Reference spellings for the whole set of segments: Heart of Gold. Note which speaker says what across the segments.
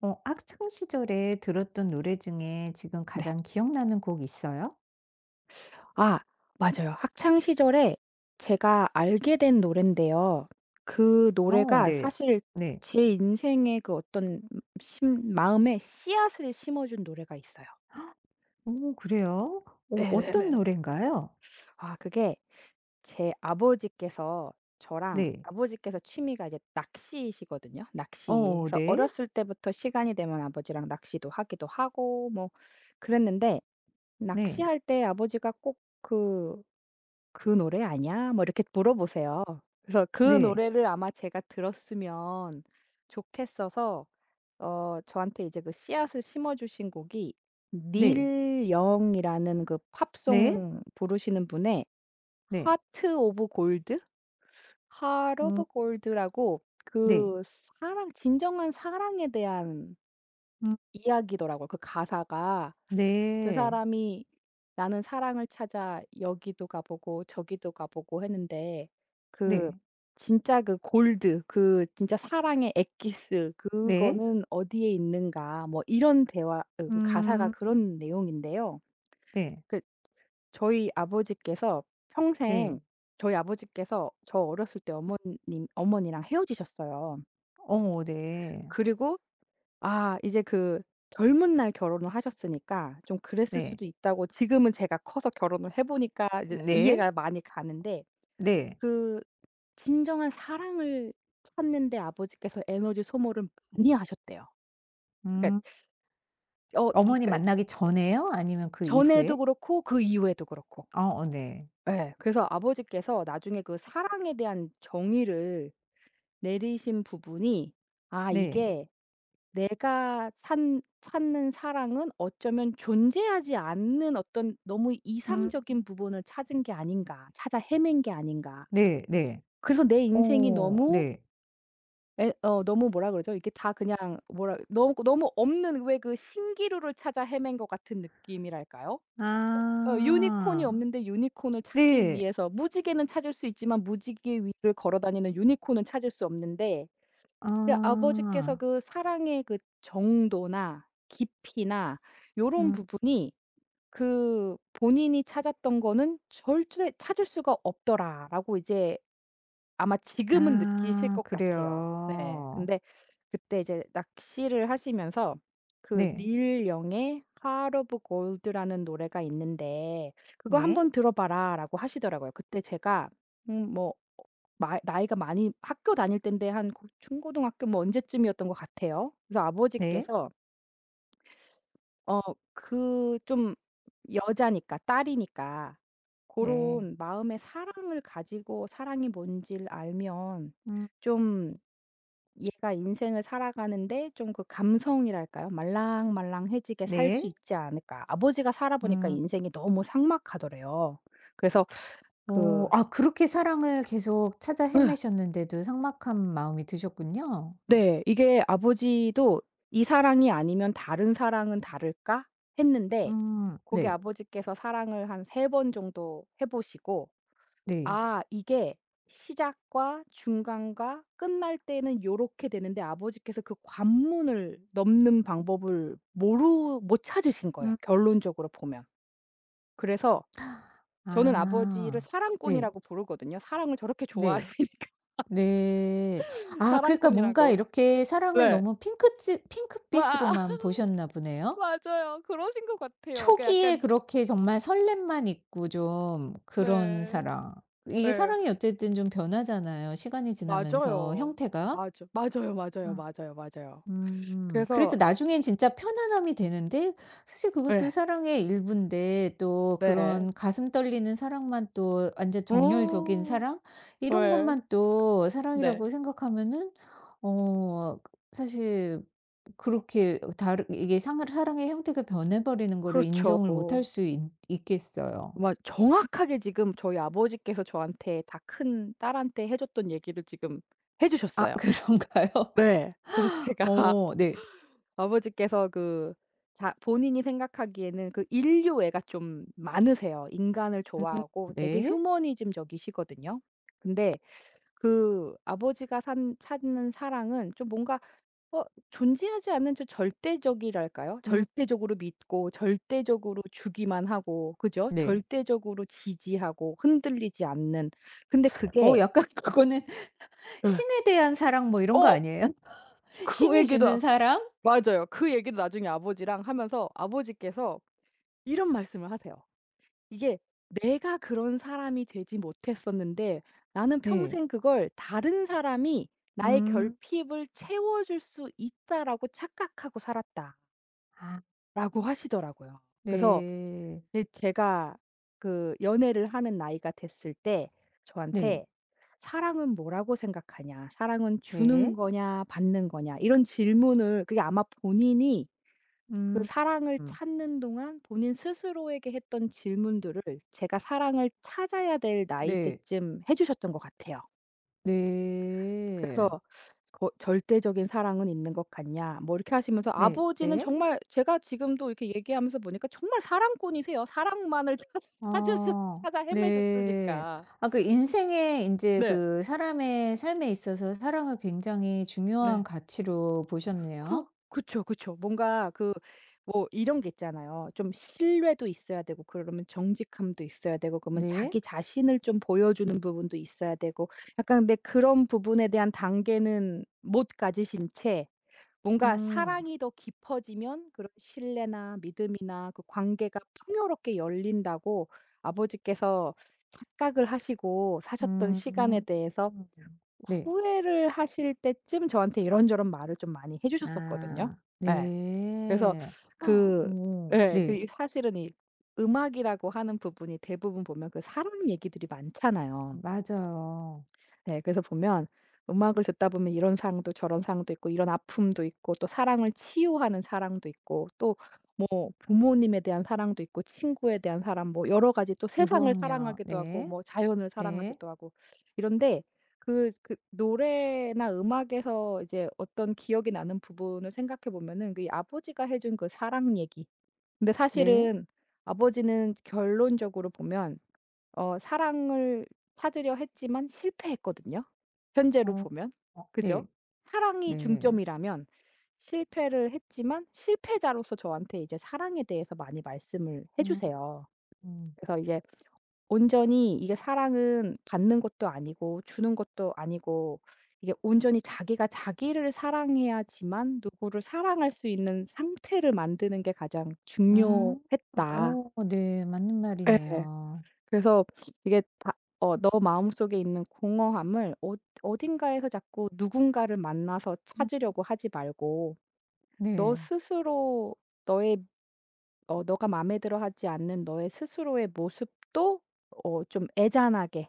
Speaker 1: 학창 시절에 들었던 노래 중에 지금
Speaker 2: 네.
Speaker 1: 가장 기억나는 곡 있어요?
Speaker 2: 아, 맞아요. 학창 시절에 제가 알게 된 노래인데요. 그 노래가
Speaker 1: 네.
Speaker 2: 사실
Speaker 1: 네.
Speaker 2: 제 인생의 그 어떤 심 마음에 씨앗을 심어 준 노래가 있어요.
Speaker 1: 오, 그래요? 어 어떤
Speaker 2: 네네네.
Speaker 1: 노래인가요?
Speaker 2: 아, 그게 제 아버지께서 저랑
Speaker 1: 네.
Speaker 2: 아버지께서 취미가 이제 낚시시거든요. 낚시. 그래서
Speaker 1: 네.
Speaker 2: 어렸을 때부터 시간이 되면 아버지랑 낚시도 하기도 하고 뭐 그랬는데,
Speaker 1: 네.
Speaker 2: 낚시할 때 아버지가 꼭그 "그 노래 아냐?" 뭐 이렇게 물어보세요. 그래서 그
Speaker 1: 네.
Speaker 2: 노래를 아마 제가 들었으면 좋겠어서 저한테 이제 그 씨앗을 심어 주신 곡이 닐 영이라는 그
Speaker 1: 네.
Speaker 2: 팝송 부르시는 분의
Speaker 1: 네. 네.
Speaker 2: Heart of Gold, Heart
Speaker 1: 음
Speaker 2: of Gold라고,
Speaker 1: 네.
Speaker 2: 그 사랑, 진정한 사랑에 대한
Speaker 1: 음
Speaker 2: 이야기더라고요, 그 가사가. 그
Speaker 1: 네.
Speaker 2: 사람이 나는 사랑을 찾아 여기도 가보고 저기도 가보고 했는데, 그
Speaker 1: 네.
Speaker 2: 진짜 그 골드, 그 진짜 사랑의 엑기스
Speaker 1: 네.
Speaker 2: 그거는 어디에 있는가 뭐 이런 대화, 그 가사가
Speaker 1: 음
Speaker 2: 그런 내용인데요.
Speaker 1: 네.
Speaker 2: 그 저희 아버지께서 평생
Speaker 1: 네.
Speaker 2: 저희 아버지께서 저 어렸을 때 어머님 어머니랑 헤어지셨어요.
Speaker 1: 네.
Speaker 2: 그리고 아, 이제 그 젊은 날 결혼을 하셨으니까 좀 그랬을
Speaker 1: 네.
Speaker 2: 수도 있다고, 지금은 제가 커서 결혼을 해 보니까 이제
Speaker 1: 네.
Speaker 2: 이해가 많이 가는데,
Speaker 1: 네.
Speaker 2: 그 진정한 사랑을 찾는 데 아버지께서 에너지 소모를 많이 하셨대요. 그러니까
Speaker 1: 음.
Speaker 2: 어 이
Speaker 1: 어머니
Speaker 2: 그러니까
Speaker 1: 만나기 전에요? 아니면 그
Speaker 2: 전에도
Speaker 1: 이후에?
Speaker 2: 그렇고 그 이후에도 그렇고.
Speaker 1: 네.
Speaker 2: 예. 그래서 아버지께서 나중에 그 사랑에 대한 정의를 내리신 부분이 '아
Speaker 1: 네.
Speaker 2: 이게 내가 산 찾는 사랑은 어쩌면 존재하지 않는 어떤 너무
Speaker 1: 음.
Speaker 2: 이상적인 부분을 찾은 게 아닌가. 찾아 헤맨 게 아닌가.
Speaker 1: 네, 네.
Speaker 2: 그래서 내 인생이 음, 너무
Speaker 1: 네.
Speaker 2: 에, 어 너무 뭐라 그러죠? 이게 다 그냥 뭐라 너무 너무 없는 왜 그 신기루를 찾아 헤맨 것 같은 느낌이랄까요? 유니콘이
Speaker 1: 아.
Speaker 2: 없는데 유니콘을 찾기
Speaker 1: 네.
Speaker 2: 위해서, 무지개는 찾을 수 있지만 무지개 위를 걸어 다니는 유니콘은 찾을 수 없는데.' 근데 아버지께서
Speaker 1: 아.
Speaker 2: 그 사랑의 그 정도나 깊이나 요런
Speaker 1: 음.
Speaker 2: 부분이, 그 본인이 찾았던 거는 절대 '찾을 수가 없더라.'라고 이제 아마 지금은 느끼실
Speaker 1: 아,
Speaker 2: 것 같아요. 네.
Speaker 1: 그래요.
Speaker 2: 근데 그때 이제 낚시를 하시면서 "그
Speaker 1: 네.
Speaker 2: 닐 영의 Heart of Gold라는 노래가 있는데 그거
Speaker 1: 네.
Speaker 2: 한번 들어 봐라."라고 하시더라고요. 그때 제가 뭐 어 마 나이가 많이 학교 다닐 인데 한 고 중고등학교 뭐 언제쯤이었던 것 같아요. 그래서
Speaker 1: 네.
Speaker 2: 아버지께서 어 그 좀 여자니까 딸이니까 그
Speaker 1: 네.
Speaker 2: 런 마음의 사랑을 가지고 사랑이 뭔지를 알면
Speaker 1: 음
Speaker 2: 좀 얘가 인생을 살아가는데 좀 그 감성이랄까요? 말랑말랑해지게 살 수
Speaker 1: 네.
Speaker 2: 있지 않을까. 아버지가 살아보니까
Speaker 1: 음.
Speaker 2: 인생이 너무 삭막하더래요. 그래서 그
Speaker 1: 아, 그렇게 사랑을 계속 찾아
Speaker 2: 예,
Speaker 1: 헤매셨는데도 삭막한 마음이 드셨군요.
Speaker 2: 네, 네, 이게 아버지도 '이 사랑이 아니면 다른 사랑은 다를까?' 했는데, 거기
Speaker 1: 네.
Speaker 2: 아버지께서 사랑을 한 세 번 정도 해 보시고,
Speaker 1: 네.
Speaker 2: 아 이게 시작과 중간과 끝날 때는 요렇게 되는데 아버지께서 그 관문을 넘는 방법을 모르 못 찾으신 거예요,
Speaker 1: 음.
Speaker 2: 결론적으로 보면. 그래서 저는 아버지를
Speaker 1: 아. 네.
Speaker 2: 사랑꾼이라고 부르거든요. 사랑을 저렇게
Speaker 1: 네.
Speaker 2: 좋아하시니
Speaker 1: 네. 아, 그러니까
Speaker 2: 사랑꾼이라고.
Speaker 1: 뭔가 이렇게 사랑을
Speaker 2: 네.
Speaker 1: 너무 핑크빛
Speaker 2: 와,
Speaker 1: 핑크빛으로만 보셨나 보네요.
Speaker 2: 맞아요. 그러신 것 같아요. 그러니까
Speaker 1: 초기에
Speaker 2: 약간,
Speaker 1: 그렇게 정말 설렘만 있고 좀 그런
Speaker 2: 네.
Speaker 1: 사랑. 이게
Speaker 2: 네.
Speaker 1: 사랑이 어쨌든 좀 변하잖아요, 시간이 지나면서
Speaker 2: 맞아요.
Speaker 1: 형태가.
Speaker 2: 맞아. 맞아요, 맞아요, 맞아요, 맞아요.
Speaker 1: 음.
Speaker 2: 그래서
Speaker 1: 그래서 나중엔 진짜 편안함이 되는데 사실 그것도
Speaker 2: 네,
Speaker 1: 사랑의 일부인데 또
Speaker 2: 네.
Speaker 1: 그런 가슴 떨리는 사랑만 또 완전 정열적인
Speaker 2: 오,
Speaker 1: 사랑 이런
Speaker 2: 네.
Speaker 1: 것만 또
Speaker 2: 네.
Speaker 1: 사랑이라고 생각하면은 어 사실 그렇게 다르 이게 상 사랑의 형태가 변해버리는 거를
Speaker 2: 그렇죠.
Speaker 1: 인정을 못할 수 있 있겠어요.
Speaker 2: 아마 정확하게 지금 저희 아버지께서 저한테 다 큰 딸한테 해 줬던 얘기를 지금 해
Speaker 1: 아,
Speaker 2: 주셨어요.
Speaker 1: 그런가요?
Speaker 2: 네. 그래서 제가
Speaker 1: 네.
Speaker 2: 아버지께서 그 자 본인이 생각하기에는 그 인류애가 좀 많으세요. 인간을
Speaker 1: 음
Speaker 2: 좋아하고 되게
Speaker 1: 네.
Speaker 2: 휴머니즘적이시거든요. 근데 그 아버지가 산 찾는 사랑은 좀 뭔가 어 존재하지 않는 저 절대적이랄까요?
Speaker 1: 음
Speaker 2: 절대적으로 믿고 절대적으로 주기만 하고, 그죠?
Speaker 1: 네.
Speaker 2: 절대적으로 지지하고 흔들리지 않는. 근데 그게
Speaker 1: 약간 그거는
Speaker 2: 예.
Speaker 1: 신에 대한 사랑 뭐 이런 거
Speaker 2: 어
Speaker 1: 아니에요?
Speaker 2: 그
Speaker 1: 신이 주는 사랑?
Speaker 2: 맞아요. 그 얘기도 나중에 아버지랑 하면서 아버지께서 이런 말씀을 하세요. "이게 내가 그런 사람이 되지 못했었는데 나는
Speaker 1: 네.
Speaker 2: 평생 그걸 '다른 사람이 나의
Speaker 1: 음.
Speaker 2: 결핍을 채워 줄 수 있다.'라고 착각하고 살았다."라고
Speaker 1: 아
Speaker 2: 하시더라고요. 그래서
Speaker 1: 네.
Speaker 2: 근데 제가 그 연애를 하는 나이가 됐을 때
Speaker 1: 네.
Speaker 2: 저한테 "사랑은 뭐라고 생각하냐? 사랑은 주는
Speaker 1: 네.
Speaker 2: 거냐 받는 거냐?" 이런 질문을, 그게 아마 본인이 그
Speaker 1: 음.
Speaker 2: 사랑을
Speaker 1: 음.
Speaker 2: 찾는 동안 본인 스스로에게 했던 질문들을 제가 사랑을 찾아야 될 나이
Speaker 1: 네.
Speaker 2: 때쯤 해 주셨던 것 같아요. 그래서
Speaker 1: 네.
Speaker 2: 거 "절대적인 사랑은 있는 것 같냐?" 뭐 이렇게 하시면서,
Speaker 1: 네.
Speaker 2: 아버지는
Speaker 1: 네.
Speaker 2: 정말 제가 지금도 이렇게 얘기하면서 보니까 정말 사랑꾼이세요. 사랑만을 찾으셨
Speaker 1: 어.
Speaker 2: 찾아
Speaker 1: 네.
Speaker 2: 헤매셨으니까.
Speaker 1: 아, 그 인생에 이제
Speaker 2: 네.
Speaker 1: 그 사람의 삶에 있어서 사랑을 굉장히 중요한
Speaker 2: 네.
Speaker 1: 가치로
Speaker 2: 그
Speaker 1: 보셨네요.
Speaker 2: 그쵸, 그쵸. 뭔가 그 뭐 이런 게 있잖아요. 좀 신뢰도 있어야 되고, 그러면 정직함도 있어야 되고, 그러면
Speaker 1: 네.
Speaker 2: 자기 자신을 좀 보여주는 부분도 있어야 되고, 약간 근데 그런 부분에 대한 단계는 못 가지신 채 뭔가
Speaker 1: 음.
Speaker 2: 사랑이 더 깊어지면 그런 신뢰나 믿음이나 그 관계가 풍요롭게 열린다고 아버지께서 착각을 하시고 사셨던 시간에
Speaker 1: 음.
Speaker 2: 대해서
Speaker 1: 음. 네.
Speaker 2: 후회를 하실 때쯤 저한테 이런저런 말을 좀 많이 해 주셨었거든요.
Speaker 1: 아
Speaker 2: 예. 그래서
Speaker 1: 네. 헉,
Speaker 2: 그
Speaker 1: 오
Speaker 2: 예,
Speaker 1: 네.
Speaker 2: 그 사실은 이 음악이라고 하는 부분이 대부분 보면 그 사랑 얘기들이 많잖아요.
Speaker 1: 맞아요.
Speaker 2: 네. 그래서 보면 음악을 듣다 보면 이런 사랑도 저런 사랑도 있고, 이런 아픔도 있고, 또 사랑을 치유하는 사랑도 있고, 또 뭐 부모님에 대한 사랑도 있고, 친구에 대한 사랑, 뭐 여러 가지, 또 세상을
Speaker 1: 그럼요.
Speaker 2: 사랑하기도 하고
Speaker 1: 네.
Speaker 2: 뭐 자연을
Speaker 1: 네.
Speaker 2: 사랑하기도 하고 이런데, 그 그 노래나 음악에서 이제 어떤 기억이 나는 부분을 생각해 보면은 그 아버지가 해준 그 사랑 얘기. 근데
Speaker 1: 네.
Speaker 2: 사실은 아버지는 결론적으로 보면 사랑을 찾으려 했지만 실패했거든요, 현재로
Speaker 1: 어
Speaker 2: 보면. 그죠?
Speaker 1: 네.
Speaker 2: 사랑이
Speaker 1: 네.
Speaker 2: 중점이라면 실패를 했지만, 실패자로서 저한테 이제 사랑에 대해서 많이 말씀을 해
Speaker 1: 음
Speaker 2: 주세요.
Speaker 1: 음.
Speaker 2: 그래서 이제 온전히 이게 사랑은 받는 것도 아니고 주는 것도 아니고, 이게 온전히 자기가 자기를 사랑해야지만 누구를 사랑할 수 있는 상태를 만드는 게 가장
Speaker 1: 음.
Speaker 2: 중요했다.
Speaker 1: 네. 맞는
Speaker 2: 예.
Speaker 1: 말이네요.
Speaker 2: 그래서 이게 다 너 마음속에 있는 공허함을 어딘가에서 자꾸 누군가를 만나서
Speaker 1: 음
Speaker 2: 찾으려고 하지 말고, 너
Speaker 1: 네.
Speaker 2: 스스로 너의 너가 마음에 들어하지 않는 너의 스스로의 모습도 좀 애잔하게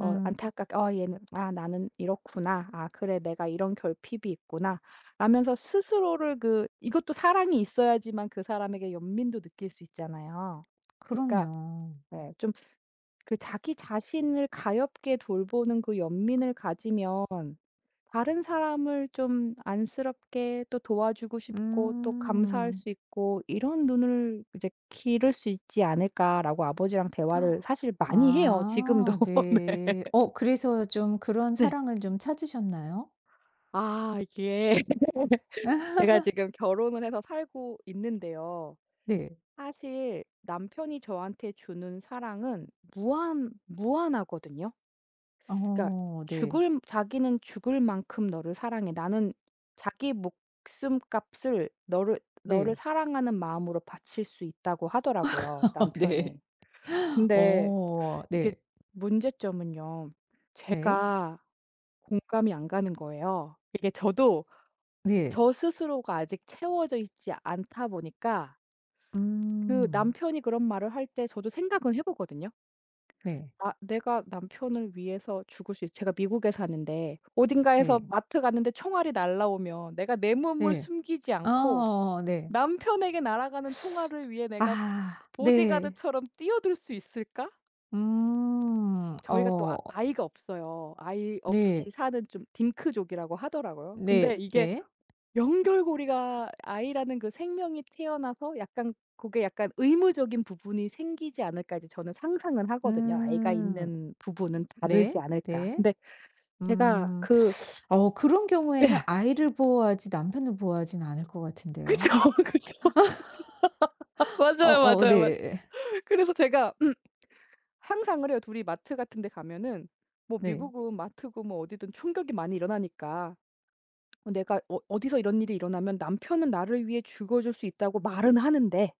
Speaker 1: 음
Speaker 2: 안타깝게 '아 얘는, 아 나는 이렇구나. 아 그래 내가 이런 결핍이 있구나.' 라면서 스스로를 그 이것도 사랑이 있어야지만 그 사람에게 연민도 느낄 수 있잖아요. 그러니까
Speaker 1: 그럼요.
Speaker 2: 네, 좀 그 자기 자신을 가엾게 돌보는 그 연민을 가지면 다른 사람을 좀 안쓰럽게 또 도와주고 싶고, 또 감사할
Speaker 1: 음.
Speaker 2: 수 있고, 이런 눈을 이제 기를 수 있지 않을까라고 아버지랑 대화를 사실 많이 해요, 지금도.
Speaker 1: 아
Speaker 2: 네.
Speaker 1: 네. 그래서 좀 그런
Speaker 2: 네.
Speaker 1: 사랑을 좀 찾으셨나요?
Speaker 2: 아, 이게 제가 지금 결혼을 해서 살고 있는데요.
Speaker 1: 네.
Speaker 2: 사실 남편이 저한테 주는 사랑은 무한하거든요. 그러니까
Speaker 1: 네.
Speaker 2: 죽을 자기는 죽을 만큼 너를 사랑해. 나는 자기 목숨값을 너를
Speaker 1: 네.
Speaker 2: 사랑하는 마음으로 바칠 수 있다고 하더라고요,
Speaker 1: 네.
Speaker 2: 남편이. 근데 이게
Speaker 1: 네.
Speaker 2: 문제점은요.
Speaker 1: 네.
Speaker 2: 제가 공감이 안 가는 거예요. 이게 저도
Speaker 1: 네.
Speaker 2: 저 스스로가 아직 채워져 있지 않다 보니까 그
Speaker 1: 음.
Speaker 2: 남편이 그런 말을 할 때 저도 생각은 해 보거든요.
Speaker 1: 네.
Speaker 2: 아 내가 남편을 위해서 죽을 수 있어. 제가 미국에 사는데, 어딘가에서
Speaker 1: 네.
Speaker 2: 마트 갔는데 총알이 날라오면 내가 내 몸을
Speaker 1: 네.
Speaker 2: 숨기지 않고
Speaker 1: 아 네.
Speaker 2: 남편에게 날아가는 총알을 위해 내가
Speaker 1: 아 네.
Speaker 2: 보디가드처럼 뛰어들 수 있을까?
Speaker 1: 음.
Speaker 2: 저희가 또, 아, 아이가 없어요. 아이 없이
Speaker 1: 네.
Speaker 2: 사는, 좀 딩크족이라고 하더라고요. 근데
Speaker 1: 네.
Speaker 2: 이게
Speaker 1: 네.
Speaker 2: 연결고리가 아이라는 그 생명이 태어나서 약간 그게 약간 의무적인 부분이 생기지 않을까 이제 저는 상상은 하거든요. '아이가
Speaker 1: 음.
Speaker 2: 있는 부분은 다르지
Speaker 1: 네.
Speaker 2: 않을까.'
Speaker 1: 네.
Speaker 2: 근데 제가
Speaker 1: 음.
Speaker 2: 그
Speaker 1: 그런
Speaker 2: 예.
Speaker 1: 경우에는 아이를 보호하지 남편을 보호하진 않을 것
Speaker 2: 그죠,
Speaker 1: 같은데요.
Speaker 2: 그죠, 맞아요,
Speaker 1: 어어
Speaker 2: 맞아요, 맞
Speaker 1: 네.
Speaker 2: 그래서 제가 음, 상상을 해요. 둘이 마트 같은 데 가면은, 뭐
Speaker 1: 네.
Speaker 2: 미국은 마트고 뭐 어디든 충격이 많이 일어나니까, 내가 어디서 이런 일이 일어나면 남편은 나를 위해 죽어 줄 수 있다고 말은 하는데,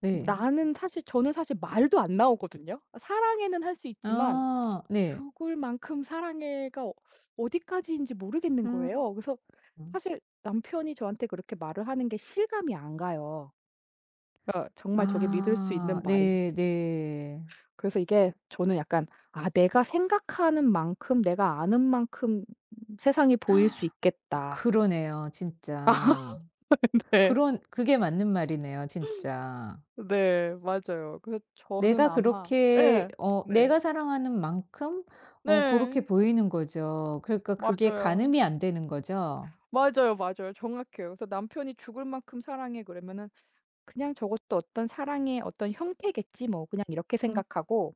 Speaker 1: 네.
Speaker 2: 나는 사실 저는 사실 말도 안 나오거든요. 사랑해는 할 수 있지만
Speaker 1: 아 네.
Speaker 2: 죽을 만큼 사랑해가 어디까지인지 모르겠는
Speaker 1: 음.
Speaker 2: 거예요. 그래서 사실 남편이 저한테 그렇게 말을 하는 게 실감이 안 가요. 그러니까 정말 저게 믿을 수 있는
Speaker 1: 아 네,
Speaker 2: 말인지.
Speaker 1: 네.
Speaker 2: 그래서 이게 저는 약간 '아 내가 생각하는 만큼 내가 아는 만큼 세상이 보일 수 있겠다.'
Speaker 1: 그러네요, 진짜.
Speaker 2: 네.
Speaker 1: 그런 그게 맞는 말이네요, 진짜.
Speaker 2: 네. 맞아요. 그래서 저는
Speaker 1: 내가
Speaker 2: 아마
Speaker 1: 그렇게
Speaker 2: 예. 네.
Speaker 1: 내가 사랑하는 만큼 그렇게
Speaker 2: 네.
Speaker 1: 보이는 거죠. 그러니까 그게
Speaker 2: 맞아요.
Speaker 1: 가늠이 안 되는 거죠.
Speaker 2: 맞아요, 맞아요. 정확해요. 그래서 남편이 "죽을 만큼 사랑해." 그러면은 그냥 저것도 어떤 사랑의 어떤 형태겠지 뭐 그냥 이렇게
Speaker 1: 음.
Speaker 2: 생각하고,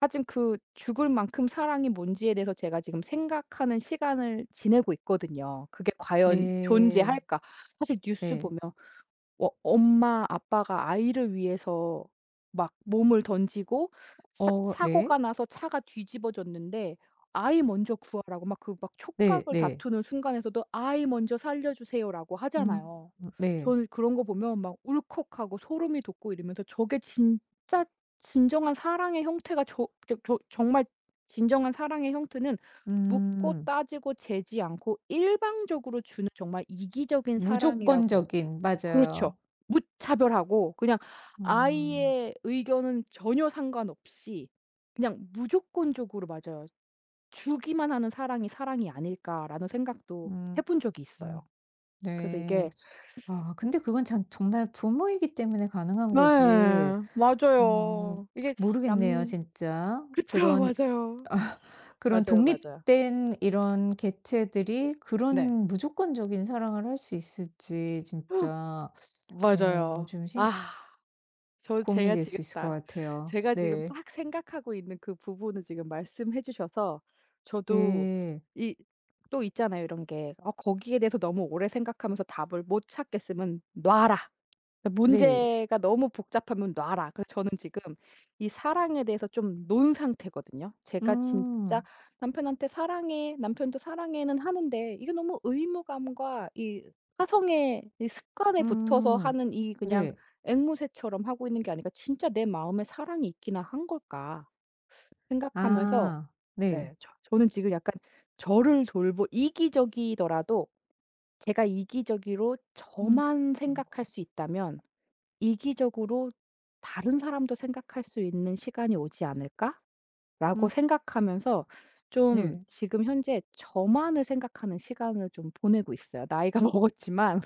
Speaker 2: 하여튼 그 죽을 만큼 사랑이 뭔지에 대해서 제가 지금 생각하는 시간을 지내고 있거든요. 그게 과연
Speaker 1: 네.
Speaker 2: 존재할까? 사실 뉴스
Speaker 1: 네.
Speaker 2: 보면 엄마 아빠가 아이를 위해서 막 몸을 던지고, 사
Speaker 1: 네.
Speaker 2: 사고가 나서 차가 뒤집어졌는데 "아이 먼저 구하라."고 막 그 막
Speaker 1: 네,
Speaker 2: 촉각을
Speaker 1: 네.
Speaker 2: 다투는 순간에서도 "아이 먼저 살려 주세요."라고
Speaker 1: 음
Speaker 2: 하잖아요.
Speaker 1: 네.
Speaker 2: 저는 그런 거 보면 막 울컥하고 소름이 돋고 이러면서, 저게 진짜 진정한 사랑의 형태가, 저 정말 진정한 사랑의 형태는 묻고
Speaker 1: 음.
Speaker 2: 따지고 재지 않고 일방적으로 주는 정말 이기적인 사랑이라고.
Speaker 1: 무조건적인,
Speaker 2: 그렇죠.
Speaker 1: 맞아요.
Speaker 2: 무차별하고 그냥
Speaker 1: 음.
Speaker 2: 아이의 의견은 전혀 상관없이 그냥 무조건적으로, 맞아요. '주기만 하는 사랑이 사랑이 아닐까.'라는 생각도 해
Speaker 1: 음
Speaker 2: 본 적이 있어요.
Speaker 1: 음.
Speaker 2: 그래서
Speaker 1: 네.
Speaker 2: 이게
Speaker 1: 아, 근데 그건 참 정말 부모이기 때문에 가능한
Speaker 2: 네.
Speaker 1: 거지. 어
Speaker 2: 맞아요. 이게
Speaker 1: 모르겠네요,
Speaker 2: 남
Speaker 1: 진짜.
Speaker 2: 그쵸.
Speaker 1: 그런
Speaker 2: 맞아요.
Speaker 1: 그런
Speaker 2: 맞아요, 맞아요.
Speaker 1: 독립된 이런 개체들이
Speaker 2: 네.
Speaker 1: 그런 무조건적인 사랑을 할 수 있을지 진짜
Speaker 2: 맞아요.
Speaker 1: 좀 신
Speaker 2: 아.
Speaker 1: 고민이
Speaker 2: 제가
Speaker 1: 될
Speaker 2: 지금
Speaker 1: 수 있을 것
Speaker 2: 딱,
Speaker 1: 같아요.
Speaker 2: 제가 지금
Speaker 1: 네.
Speaker 2: 딱 생각하고 있는 그 부분을 지금 말씀해 주셔서 저도
Speaker 1: 네.
Speaker 2: 이, 또 있잖아요 이런 게. 어, 거기에 대해서 너무 오래 생각하면서 답을 못 찾겠으면 놔라. 그러니까
Speaker 1: 네.
Speaker 2: 문제가 너무 복잡하면 놔라. 그래서 저는 지금 이 사랑에 대해서 좀 논 상태거든요. 제가 진짜
Speaker 1: 음.
Speaker 2: 남편한테 "사랑해." 남편도 "사랑해."는 하는데, 이게 너무 의무감과 이 사성의 이 습관에 붙어서
Speaker 1: 음.
Speaker 2: 하는 이 그냥
Speaker 1: 네.
Speaker 2: 앵무새처럼 하고 있는 게 아니라 '진짜 내 마음에 사랑이 있기나 한 걸까?' 생각하면서
Speaker 1: 아. 네.
Speaker 2: 예 저는 지금 약간 저를 돌보 이기적이더라도 제가 이기적으로
Speaker 1: 음.
Speaker 2: 저만
Speaker 1: 음.
Speaker 2: 생각할 수 있다면, 이기적으로 '다른 사람도 생각할 수 있는 시간이 오지 않을까?'라고
Speaker 1: 음.
Speaker 2: 생각하면서 좀
Speaker 1: 네.
Speaker 2: 지금 현재 저만을 생각하는 시간을 좀 보내고 있어요, 나이가 먹었지만.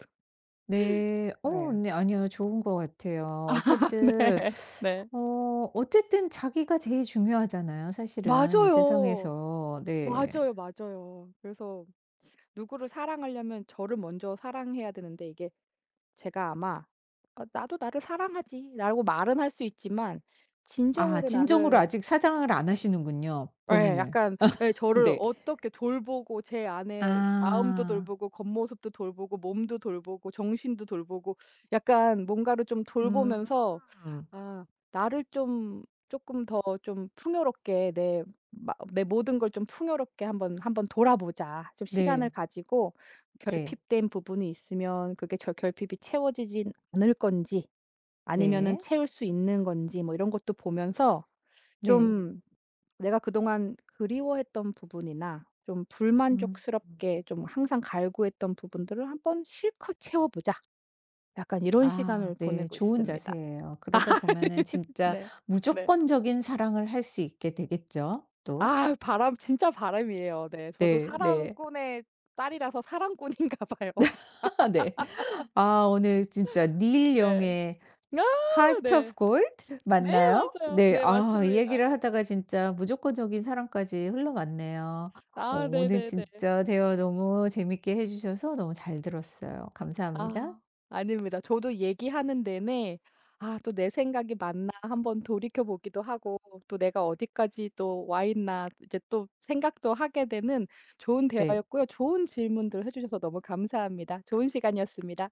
Speaker 1: 네.
Speaker 2: 네.
Speaker 1: 네. 아니요, 좋은 것 같아요.
Speaker 2: 네. 네.
Speaker 1: 어 어쨌든 자기가 제일 중요하잖아요, 사실은 이
Speaker 2: 맞아요.
Speaker 1: 세상에서. 네.
Speaker 2: 맞아요, 맞아요. 그래서 누구를 사랑하려면 저를 먼저 사랑해야 되는데, 이게 제가 아마 '어, 나도 나를 사랑하지.'라고 말은 할 수 있지만
Speaker 1: 아,
Speaker 2: 진정으로
Speaker 1: 진정으로
Speaker 2: 나를.
Speaker 1: 아직 사장을 안 하시는군요,
Speaker 2: 예.
Speaker 1: 본인을.
Speaker 2: 약간 예 저를
Speaker 1: 네.
Speaker 2: 어떻게 돌보고 제 안에 마음도
Speaker 1: 아.
Speaker 2: 돌보고 겉모습도 돌보고 몸도 돌보고 정신도 돌보고 약간 뭔가를 좀
Speaker 1: 음.
Speaker 2: 돌보면서 '아 나를 좀 조금 더 좀 풍요롭게 내 모든 걸 좀 풍요롭게 한번 한번 돌아보자.' 좀 시간을
Speaker 1: 네.
Speaker 2: 가지고
Speaker 1: 네.
Speaker 2: 결핍된 부분이 있으면 그게 저 결핍이 채워지진 않을 건지 아니면은
Speaker 1: 네.
Speaker 2: 채울 수 있는 건지 뭐 이런 것도 보면서
Speaker 1: 네.
Speaker 2: 좀 내가 그동안 그리워했던 부분이나 좀
Speaker 1: 음.
Speaker 2: 불만족스럽게 좀 항상 갈구했던 부분들을 한번 실컷 채워보자. 약간 이런
Speaker 1: 아
Speaker 2: 시간을
Speaker 1: 네.
Speaker 2: 보내고
Speaker 1: 좋은
Speaker 2: 있습니다.
Speaker 1: 자세예요. 그러다 보면은 진짜
Speaker 2: 네. 네.
Speaker 1: 무조건적인 사랑을 할 수 있게 되겠죠, 또.
Speaker 2: 아, 바람, 진짜 바람이에요. 네. 저도
Speaker 1: 네. 네.
Speaker 2: 사랑꾼의 딸이라서 사랑꾼인가 봐요.
Speaker 1: 아 네. 아, 오늘 진짜 닐
Speaker 2: 네.
Speaker 1: 영의
Speaker 2: 아
Speaker 1: Heart of
Speaker 2: 네.
Speaker 1: Gold
Speaker 2: 네
Speaker 1: 맞나요?
Speaker 2: 맞아요.
Speaker 1: 네.
Speaker 2: 네
Speaker 1: 아, 이 얘기를
Speaker 2: 맞습니다.
Speaker 1: 하다가 진짜 무조건적인 사랑까지 흘러갔네요.
Speaker 2: 아
Speaker 1: 오늘
Speaker 2: 네네네.
Speaker 1: 진짜 대화 너무 재밌게 해 주셔서 너무 잘 들었어요. 감사합니다.
Speaker 2: 아. 아닙니다. 저도 얘기하는 내내 '아 또 내 생각이 맞나?' 한번 돌이켜 보기도 하고, 또 '내가 어디까지 또 와 있나?' 이제 또 생각도 하게 되는 좋은
Speaker 1: 네.
Speaker 2: 대화였고요. 좋은 질문들 해 주셔서 너무 감사합니다. 좋은 시간이었습니다.